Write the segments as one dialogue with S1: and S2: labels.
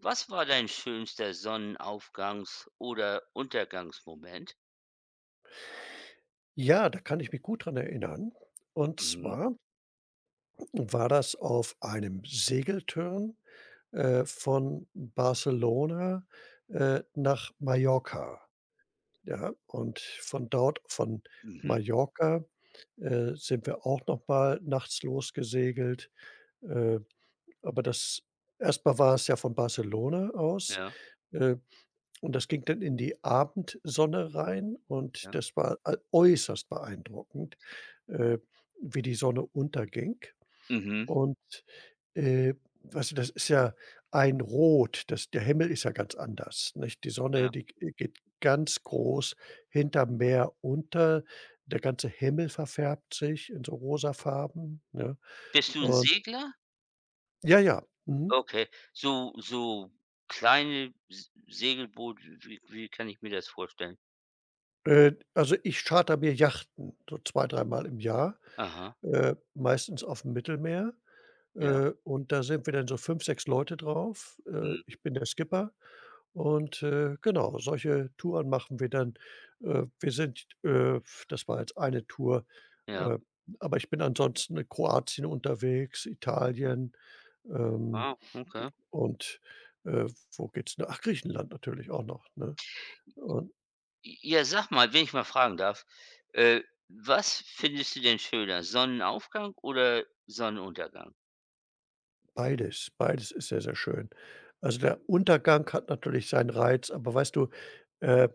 S1: Was war dein schönster Sonnenaufgangs oder Untergangsmoment?
S2: Ja, da kann ich mich gut dran erinnern. Und
S1: Mhm.
S2: zwar war das auf einem Segeltörn, von Barcelona, nach Mallorca, ja? Und von dort von
S1: Mhm.
S2: Mallorca, sind wir auch noch mal nachts losgesegelt. Äh, aber das erstmal war es ja von Barcelona aus,
S1: Ja,
S2: äh und das ging dann in die Abendsonne rein und
S1: ja.
S2: das war a äußerst beeindruckend, äh, wie die Sonne unterging.
S1: Mhm.
S2: Und, äh, weißt du, das ist ja ein Rot, das der Himmel ist ja ganz anders, nicht? Die Sonne,
S1: Ja.
S2: die g geht ganz groß hinterm Meer unter. Der ganze Himmel verfärbt sich in so rosa Farben, ne?
S1: Bist du ein
S2: Und
S1: Segler?
S2: ja, ja, mhm.
S1: Okay, so kleine S Segelboot, wie kann ich mir das vorstellen?
S2: Also, ich chartere mir Yachten so zwei dreimal im Jahr,
S1: Aha,
S2: meistens aufm Mittelmeer,
S1: ja.
S2: und da sind wir dann so 5 6 Leute drauf.
S1: Mhm.
S2: Ich bin der Skipper und, genau, solche Touren machen wir dann. Wir sind Das war jetzt eine Tour,
S1: Ja.
S2: äh, aber ich bin ansonsten in Kroatien unterwegs, Italien, ähm,
S1: Ah, okay.
S2: und, äh, wo geht's denn? Ach, Griechenland natürlich auch noch, ne? Und
S1: Ja, sag mal, wenn ich mal fragen darf, äh, was findest du denn schöner, Sonnenaufgang oder Sonnenuntergang?
S2: Beides, beides ist sehr, sehr schön. Also, der Untergang hat natürlich seinen Reiz, aber weißt du, äh,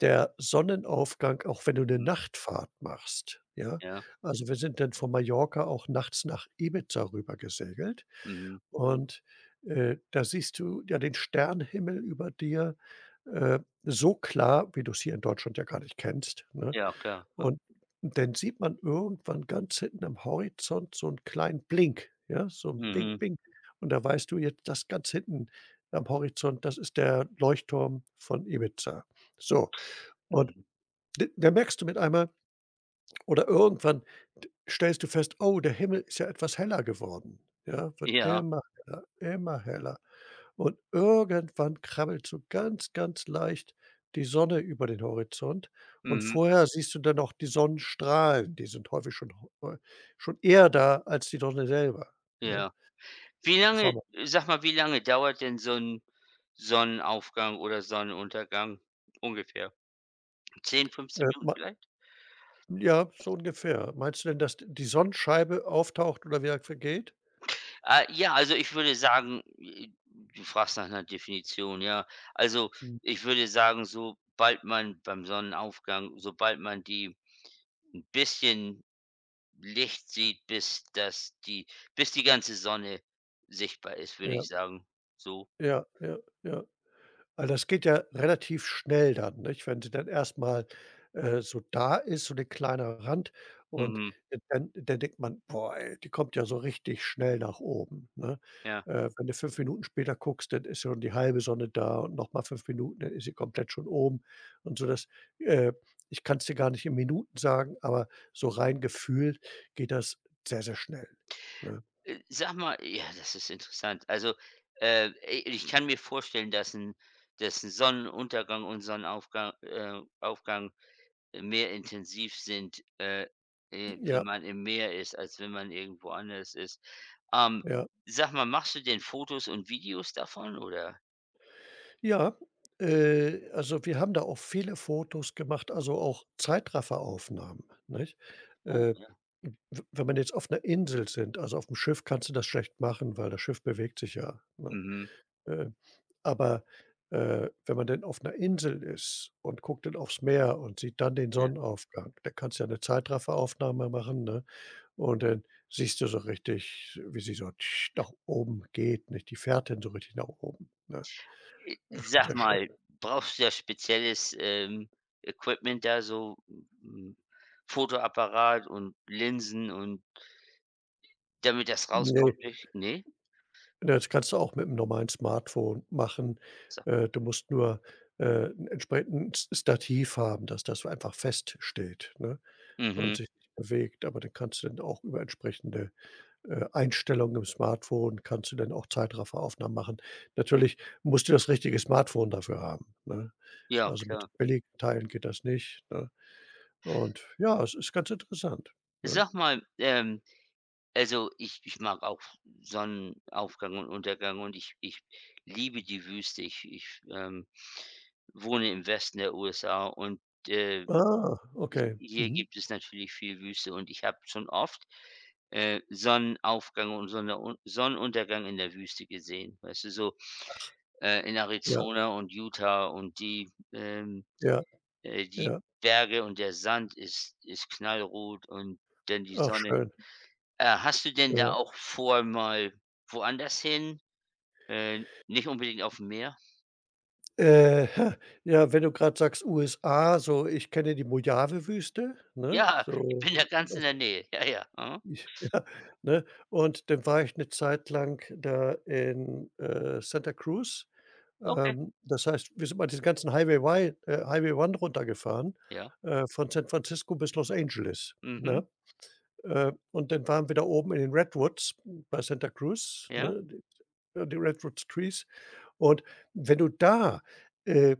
S2: der Sonnenaufgang, auch wenn du eine
S1: Mhm.
S2: Nachtfahrt machst, ja?
S1: Ja.
S2: Also, wir sind dann von Mallorca auch nachts nach Ibiza rüber gesegelt
S1: Mhm.
S2: und, da siehst du ja den Sternenhimmel über dir, äh, so klar, wie du es hier in Deutschland ja gar nicht kennst, ne?
S1: Ja, klar, klar.
S2: Und dann sieht man irgendwann ganz hinten am Horizont so 'n kleinen Blink, ja, so 'n Bing,
S1: Mhm,
S2: Bing. Und da weißt du jetzt, das ganz hinten am Horizont, das ist der Leuchtturm von Ibiza. So, und
S1: mhm.
S2: d da merkst du mit einmal oder irgendwann d stellst du fest: „Oh, der Himmel ist ja etwas heller geworden.“ Ja, wird
S1: Ja.
S2: immer heller, immer heller. Und irgendwann krabbelt so ganz, ganz leicht die Sonne über den Horizont. Und
S1: Mhm,
S2: vorher siehst du dann noch die Sonnenstrahlen. Die sind häufig schon ho schon eher da als die Sonne selber,
S1: ja.
S2: ne?
S1: Wie lange
S2: Trauma.
S1: Sag mal, wie lange dauert denn so ein Sonnenaufgang oder Sonnenuntergang ungefähr? 10, 15 Minuten
S2: Ma
S1: vielleicht?
S2: Ja, so ungefähr. Meinst du denn, dass die Sonnenscheibe auftaucht oder wieder vergeht?
S1: Ah, ja, also, ich würde sagen, du fragst nach einer Definition, ja. Also,
S2: Mhm.
S1: ich würde sagen, sobald man die ein bisschen Licht sieht, bis die ganze Sonne sichtbar ist, würde
S2: Ja,
S1: ich sagen, so.
S2: ja, ja, ja. Weil das geht ja relativ schnell dann, nicht? Wenn sie dann erstmal so da ist, so 'ne kleiner Rand und
S1: Mhm,
S2: dann denkt man: „Boah, ey, die kommt ja so richtig schnell nach oben“, ne?
S1: ja.
S2: Wenn du 5 Minuten später guckst, dann ist ja schon die halbe Sonne da und noch mal 5 Minuten, dann ist sie komplett schon oben und so das äh, ich kann's dir gar nicht in Minuten sagen, aber so rein gefühlt geht das sehr, sehr schnell, ne?
S1: Sag mal, ja, das ist interessant. Also, i ich kann mir vorstellen, dass 'n Sonnenuntergang und Sonnenaufgang, Aufgang mehr intensiv sind, wenn
S2: Ja,
S1: man im Meer ist, als wenn man irgendwo anders ist. Ähm,
S2: ja.
S1: Sag mal, machst du denn Fotos und Videos davon oder?
S2: Ja, also wir haben da auch viele Fotos gemacht, also auch Zeitrafferaufnahmen, nicht?
S1: Oh,
S2: Äh,
S1: ja.
S2: w Wenn man jetzt auf einer Insel sind, also auf dem Schiff kannst du das schlecht machen, weil das Schiff bewegt sich ja, ne?
S1: Mhm,
S2: Äh, aber, wenn man denn auf einer Insel ist und guckt dann aufs Meer und sieht dann den
S1: ja.
S2: Sonnenaufgang, da kannst du ja eine Zeitrafferaufnahme machen, ne? Und dann siehst du so richtig, wie sie so tsch, nach oben geht, nicht? Die fährt dann so richtig nach oben, ne? Das ist schon
S1: Sag
S2: sehr schön.
S1: mal, brauchst du da spezielles, Equipment da so, Fotoapparat und Linsen und damit das
S2: Ne.
S1: rauskommt ich, ne?
S2: Ja, das kannst du auch mit mit'm normalen Smartphone machen.
S1: So.
S2: Du musst nur, 'n entsprechendes Stativ haben, dass das einfach feststeht, ne, und
S1: Mhm.
S2: sich nicht bewegt. Aber dann kannst du dann auch über entsprechende, Einstellungen im Smartphone kannst du dann auch Zeitrafferaufnahmen machen. Natürlich musst du das richtige Smartphone dafür haben, ne?
S1: Ja,
S2: Also, mit
S1: klar.
S2: billigen Teilen geht das nicht, ne? Und ja, es ist ganz interessant, ne?
S1: Sag mal, also ich mag auch Sonnenaufgang und Untergang und ich liebe die Wüste. Ich wohne im Westen der USA und, äh,
S2: Ah,
S1: ich
S2: okay.
S1: hier
S2: Mhm.
S1: gibt es natürlich viel Wüste und ich habe schon oft, Sonnenaufgang und Sonnenuntergang in der Wüste gesehen. Weißt du, so, in
S2: Ja,
S1: Arizona und Utah und
S2: ja,
S1: Die
S2: ja.
S1: Berge und der Sand ist knallrot und dann die
S2: Ach
S1: Sonne.
S2: schön,
S1: Hast du denn da
S2: ja.
S1: auch vor, mal woanders hin? Nicht unbedingt aufm Meer?
S2: Äh, ja, wenn du gerade sagst USA, so ich kenne die Mojave-Wüste, ne?
S1: Ja, ich
S2: So,
S1: bin da ganz in
S2: was
S1: der Nähe. Ja, ja. Mhm.
S2: ich ja, ne? Und dann war ich eine Zeit lang da in, Santa Cruz.
S1: Okay.
S2: Das heißt, wir sind mal diesen ganzen Highway One runtergefahren,
S1: Ja.
S2: von San Francisco bis Los Angeles,
S1: Mhm.
S2: ne? Und dann waren wir da oben in den Redwoods bei Santa Cruz,
S1: Ja.
S2: ne? Die Redwood Trees. Und wenn du da, äh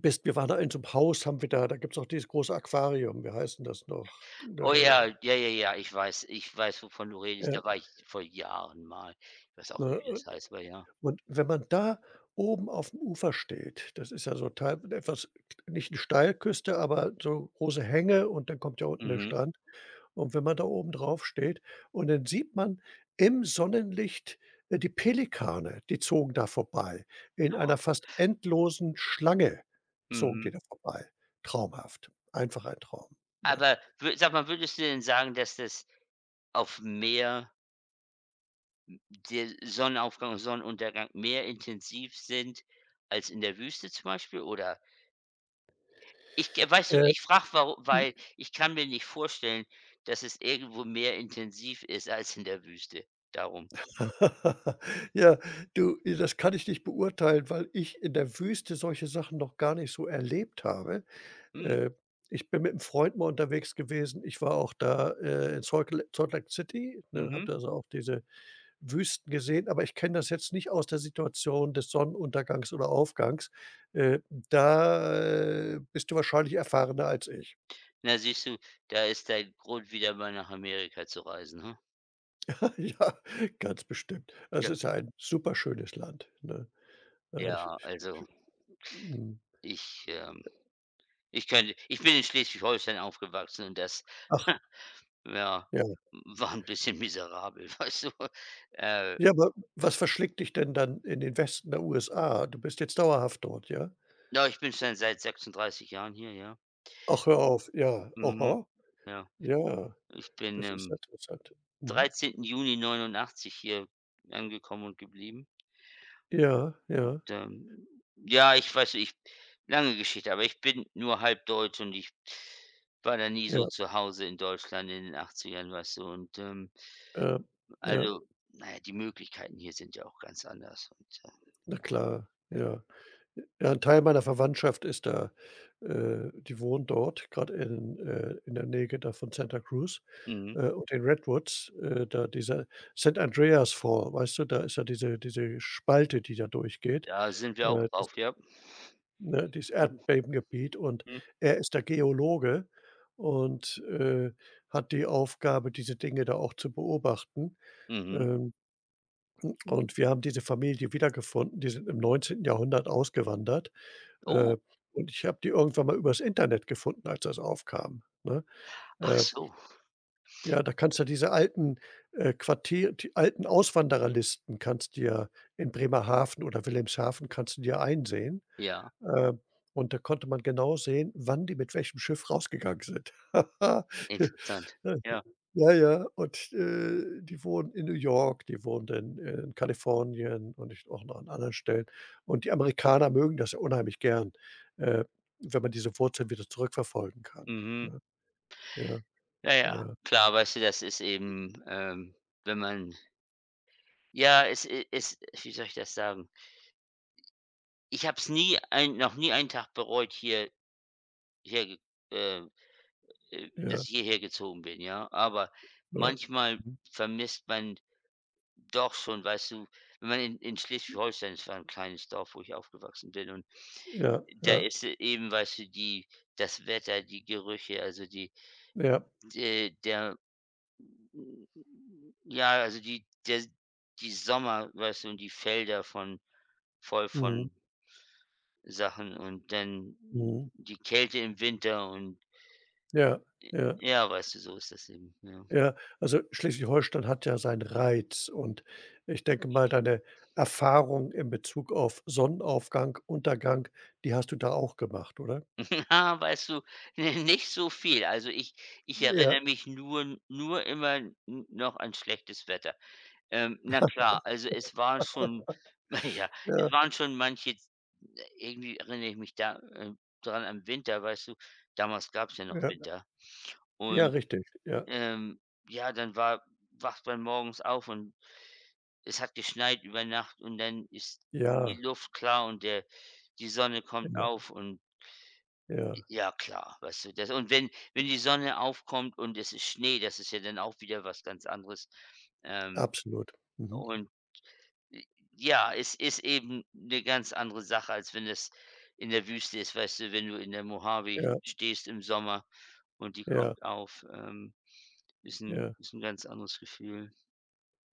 S2: best. Wir waren da in so 'nem Haus haben wir da gibt's auch dieses große Aquarium, wie heißt 'n das noch? Da
S1: Oh,
S2: da
S1: ja, ja, ja, ja, ich weiß, wovon du redest.
S2: ja,
S1: Da war ich vor Jahren mal. Ich weiß auch
S2: ne,
S1: nicht, wie das heißt, aber ja.
S2: und wenn man da oben aufm Ufer steht, das ist ja so teil etwas nicht 'ne Steilküste, aber so große Hänge und dann kommt ja unten der
S1: Mhm.
S2: Strand. Und wenn man da oben drauf steht und dann sieht man im Sonnenlicht, die Pelikane, die zogen da vorbei. In einer fast endlosen Schlange zogen
S1: Mhm.
S2: die da vorbei. Traumhaft, einfach ein Traum, ne?
S1: Aber wür sag mal, würdest du denn sagen, dass das aufm Meer der Sonnenaufgang und Sonnenuntergang mehr intensiv sind als in der Wüste zum Beispiel? Oder ich g weißt du, ich frage, warum, weil ich kann mir nicht vorstellen, dass es irgendwo mehr intensiv ist als in der Wüste. Darum.
S2: Ja, du, das kann ich nicht beurteilen, weil ich in der Wüste solche Sachen noch gar nicht so erlebt habe.
S1: Hm,
S2: Äh, Ich bin mit einem Freund mal unterwegs gewesen. Ich war auch da, in Salt Lake City, ne, habe
S1: mhm.
S2: da also auch diese Wüsten gesehen, aber ich kenne das jetzt nicht aus der Situation des Sonnenuntergangs oder Aufgangs. Da, bist du wahrscheinlich erfahrener als ich.
S1: Na, siehst du, da ist dein Grund, wieder mal nach Amerika zu reisen, ha?
S2: Ja, ganz bestimmt. Es
S1: Ja.
S2: ist ja ein super schönes Land, ne? Ich
S1: Ja,
S2: ich ich
S1: also
S2: mhm.
S1: ich, ähm ich bin in Schleswig-Holstein aufgewachsen, und das,
S2: Ach.
S1: ja, war ein bisschen miserabel, weißt du? Äh
S2: Ja, aber was verschlägt dich denn dann in den Westen der USA? Du bist jetzt dauerhaft dort, ja?
S1: Ja, ich bin schon seit 36 Jahren hier, ja.
S2: Ach, hör auf, ja.
S1: Mhm,
S2: Aha,
S1: ja.
S2: ja,
S1: Ich bin
S2: das ist ja
S1: am
S2: interessant. Mhm.
S1: 13. Juni 89 hier angekommen und geblieben.
S2: Ja, ja,
S1: Und, ja, ich weiß, ich lange Geschichte, aber ich bin nur halb deutsch und ich war da nie so
S2: ja,
S1: zu Hause in Deutschland in den 80ern, weißt du? Und,
S2: ja, ja,
S1: also, naja, die Möglichkeiten hier sind ja auch ganz anders und,
S2: na
S1: ja,
S2: klar,
S1: ja.
S2: ja. Ja, 'n Teil meiner Verwandtschaft ist da, die wohnt dort, gerade in der Nähe da von Santa Cruz,
S1: Mhm.
S2: und den Redwoods, da dieser San Andreas Fall, weißt du, da ist ja diese Spalte, die da durchgeht,
S1: Da sind wir auch
S2: äh
S1: drauf, ja.
S2: Ne, dieses
S1: Mhm,
S2: Erdbebengebiet und
S1: mhm,
S2: er ist der Geologe und, hat die Aufgabe, diese Dinge da auch zu beobachten.
S1: mhm.
S2: Ähm, und wir haben diese Familie wiedergefunden, die sind im neunzehnten Jahrhundert ausgewandert, äh,
S1: Oh,
S2: und ich habe die irgendwann mal übers Internet gefunden, als das aufkam, ne?
S1: ach
S2: Äh,
S1: so,
S2: ja, da kannst du diese alten, Quartier die alten Auswandererlisten kannst du ja in Bremerhaven oder Wilhelmshaven kannst du dir einsehen.
S1: ja.
S2: Äh, und da konnte man genau sehen, wann die mit welchem Schiff rausgegangen sind.
S1: Interessant. Ja.
S2: Ja, ja, und, die wohnen in New York, die wohnt in Kalifornien und ich auch noch an anderen Stellen. Und die Amerikaner mögen das ja unheimlich gern, äh, wenn man diese Wurzeln wieder zurückverfolgen kann,
S1: Mhm.
S2: ne? Ja,
S1: Ja, ja.
S2: ja,
S1: Klar, weißt du, das ist eben, wenn man ja, es, wie soll ich das sagen? Ich habe es nie ein noch nie einen Tag bereut, hier hier ge äh, dass
S2: ja,
S1: ich hierher gezogen bin, ja? Aber
S2: ja.
S1: manchmal
S2: Mhm.
S1: vermisst man doch schon, weißt du, wenn man in Schleswig-Holstein, es war ein kleines Dorf, wo ich aufgewachsen bin, und
S2: Ja,
S1: da
S2: ja,
S1: ist e eben, weißt du, die das Wetter, die Gerüche, also die,
S2: ja.
S1: äh, der ja, also die Sommer, weißt du, und die Felder von voll
S2: Mhm,
S1: von Sachen und dann
S2: mhm.
S1: die Kälte im Winter und
S2: Ja, ja.
S1: ja, weißt du, so ist das eben, ja.
S2: Ja, also Schleswig-Holstein hat ja seinen Reiz und ich denke mal, deine Erfahrung in Bezug auf Sonnenaufgang, Untergang, die hast du da auch gemacht, oder?
S1: Weißt du, nicht so viel. Also, ich
S2: Ja,
S1: erinnere mich nur immer n noch an schlechtes Wetter. Na klar, also es war schon, ja,
S2: ja,
S1: es waren schon manche, irgendwie erinnere ich mich da, dran am Winter, weißt du? Damals gab's ja noch
S2: ja,
S1: Winter,
S2: ja,
S1: und
S2: richtig. Ja,
S1: Ähm, ja, dann war wacht man morgens auf und es hat geschneit über Nacht und dann ist die
S2: ja,
S1: Luft klar und der die Sonne kommt
S2: ja,
S1: auf und
S2: ja,
S1: ja, klar, weißt du, das, und wenn die Sonne aufkommt und es ist Schnee, das ist ja dann auch wieder was ganz anderes. Ähm,
S2: absolut. Mhm.
S1: und j Ja, es ist eben eine ganz andere Sache, als wenn es in der Wüste ist, weißt du, wenn du in der Mojave
S2: Ja,
S1: stehst im Sommer und die
S2: ja,
S1: kommt auf, ist
S2: ja,
S1: ein ganz anderes Gefühl.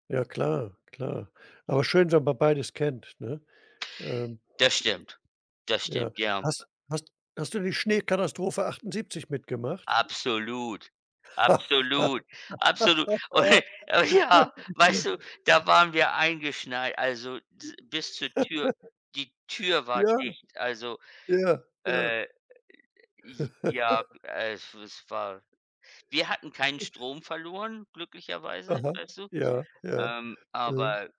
S2: ja, klar, klar. Aber schön, wenn man beides kennt, ne? Ähm,
S1: Das stimmt. Das
S2: ja.
S1: stimmt, ja.
S2: Hast hast hast du die Schneekatastrophe 78 mitgemacht?
S1: Absolut. Absolut, absolut. Und ja, weißt du, da waren wir eingeschneit, also s bis zur Tür. Die Tür war
S2: Ja.
S1: dicht, also,
S2: Ja, ja.
S1: äh, j ja, es war wir hatten keinen Strom verloren, glücklicherweise,
S2: Aha.
S1: weißt du?
S2: Ja, ja, mhm,
S1: Aber,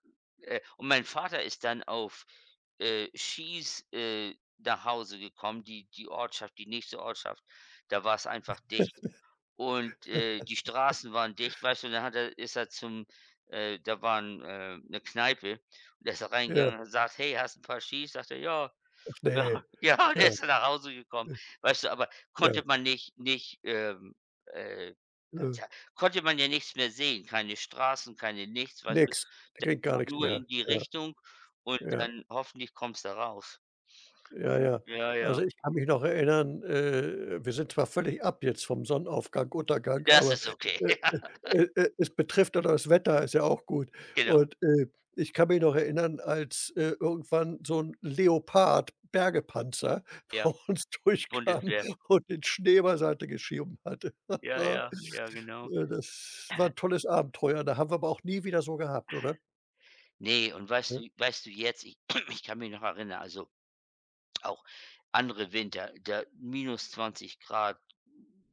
S1: und mein Vater ist dann auf, Skis, nach Hause gekommen, die nächste Ortschaft. Da war es einfach dicht. Und, die Straßen waren dicht, weißt du, und dann hat er ist er zum, da waren, 'ne Kneipe, und da ist er
S2: ja.
S1: reingegangen und hat gesagt: „Hey, hast ein paar Schis?" Sagt er: „Ja,
S2: Ach
S1: ja,
S2: ne,
S1: ja." Und dann
S2: ja,
S1: ist dann nach Hause gekommen.
S2: äh,
S1: Weißt du, aber
S2: ja,
S1: konnte man nicht, äh,
S2: äh,
S1: tja, konnte man ja nichts mehr sehen, keine Straßen, keine nichts, weißt du?
S2: nix. Der
S1: Da
S2: kriegt gar
S1: war
S2: nichts
S1: nur
S2: mehr.
S1: in die Richtung und
S2: Ja, ja,
S1: dann hoffentlich kommst du raus.
S2: ja, ja.
S1: Ja,
S2: Also,
S1: ja.
S2: ich kann mich noch erinnern, wir sind zwar völlig ab jetzt vom Sonnenaufgang, Untergang,
S1: Das
S2: aber,
S1: ist okay,
S2: äh, es betrifft ja das Wetter, ist ja auch gut.
S1: genau,
S2: Und, ich kann mich noch erinnern, als, irgendwann so ein Leopard-Bergepanzer
S1: ja,
S2: bei uns
S1: die
S2: durchkam
S1: Bundeswehr.
S2: und den Schnee beiseite geschoben hatte.
S1: Ja, ja, ja, genau.
S2: Das war 'n tolles Abenteuer, da haben wir aber auch nie wieder so gehabt, oder?
S1: Nee, und weißt
S2: Ne?
S1: du weißt du jetzt, ich ich kann mich noch erinnern, also auch andere Winter, da minus 20 Grad,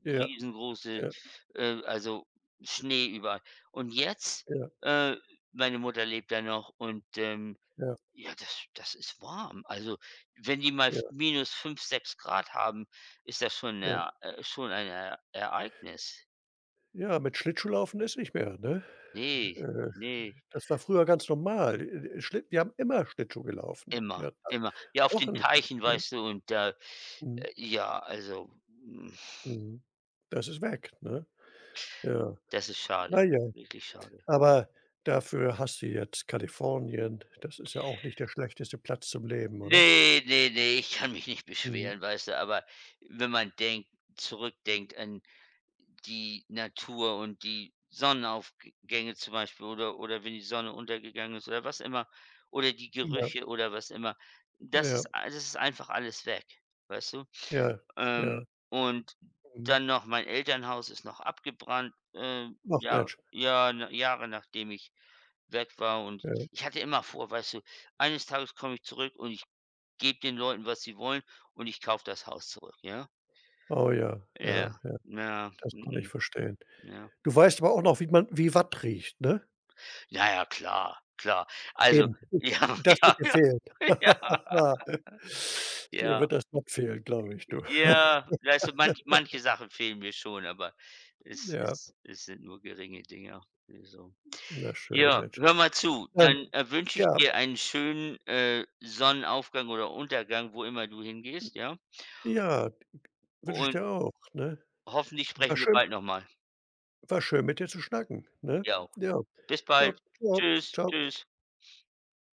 S2: Ja,
S1: riesengroße,
S2: ja,
S1: also Schnee überall. Und jetzt,
S2: ja,
S1: äh, meine Mutter lebt da noch und,
S2: ja,
S1: ja, das ist warm. Also, wenn die mal f
S2: ja,
S1: minus 5 6 Grad haben, ist das
S2: ja.
S1: schon ein E Ereignis.
S2: Ja, mit Schlittschuhlaufen ist nicht mehr, ne?
S1: Nee,
S2: Äh,
S1: nee.
S2: Das war früher ganz normal. Schlitt Wir haben immer Schlittschuh gelaufen.
S1: Immer,
S2: Ja, da
S1: immer. Ja, auf den
S2: wochenlang,
S1: Teichen,
S2: ne?
S1: weißt du, und da,
S2: Mhm,
S1: ja, also,
S2: mhm. Das ist weg, ne? Ja.
S1: das ist schade,
S2: Na ja,
S1: wirklich schade.
S2: aber dafür hast du jetzt Kalifornien. Das ist ja auch nicht der schlechteste Platz zum Leben, oder?
S1: Ne, ne, ne, ich kann mich nicht
S2: Mhm.
S1: beschweren, weißt du, aber wenn man denkt zurückdenkt an die Natur und die Sonnenaufgänge zum Beispiel, oder wenn die Sonne untergegangen ist oder was immer, oder die
S2: Ja,
S1: Gerüche oder was immer.
S2: ja,
S1: Das ist einfach alles weg, weißt du?
S2: ja,
S1: Ähm,
S2: ja.
S1: und
S2: Mhm.
S1: dann noch mein Elternhaus ist noch abgebrannt,
S2: Ach
S1: Jahr
S2: Mensch,
S1: ja, na, Jahre nachdem ich weg war, und
S2: ja.
S1: ich hatte immer vor, weißt du, eines Tages komme ich zurück und ich gebe den Leuten, was sie wollen und ich kaufe das Haus zurück, ja?
S2: Oh ja, ja,
S1: Ja,
S2: ja.
S1: ja,
S2: Das kann ich
S1: mhm,
S2: verstehen.
S1: ja.
S2: Du weißt aber auch noch, wie man wie Watt riecht, ne?
S1: Ja, ja, klar, klar. Also,
S2: Eben.
S1: ja,
S2: Das wird
S1: ja,
S2: dir fehlen.
S1: ja, ja,
S2: Dir
S1: ja,
S2: wird das Watt fehlen, glaube ich, du.
S1: ja. Weißt du, manche Sachen fehlen mir schon, aber es
S2: Ja,
S1: es es sind nur geringe Dinge, also.
S2: na schön,
S1: Ja,
S2: Mensch.
S1: hör mal zu,
S2: Dann
S1: dann, wünsche ich
S2: Ja,
S1: dir einen schönen, Sonnenaufgang oder Untergang, wo immer du hingehst, ja?
S2: ja, wünsche ich
S1: Und
S2: dir auch, ne?
S1: hoffentlich
S2: War
S1: sprechen wir
S2: schön
S1: bald noch mal.
S2: War schön, mit dir zu schnacken, ne?
S1: Dir auch.
S2: Ja,
S1: Bis
S2: ja,
S1: bald.
S2: ciao.
S1: Tschüss,
S2: Tschau.
S1: tschüss.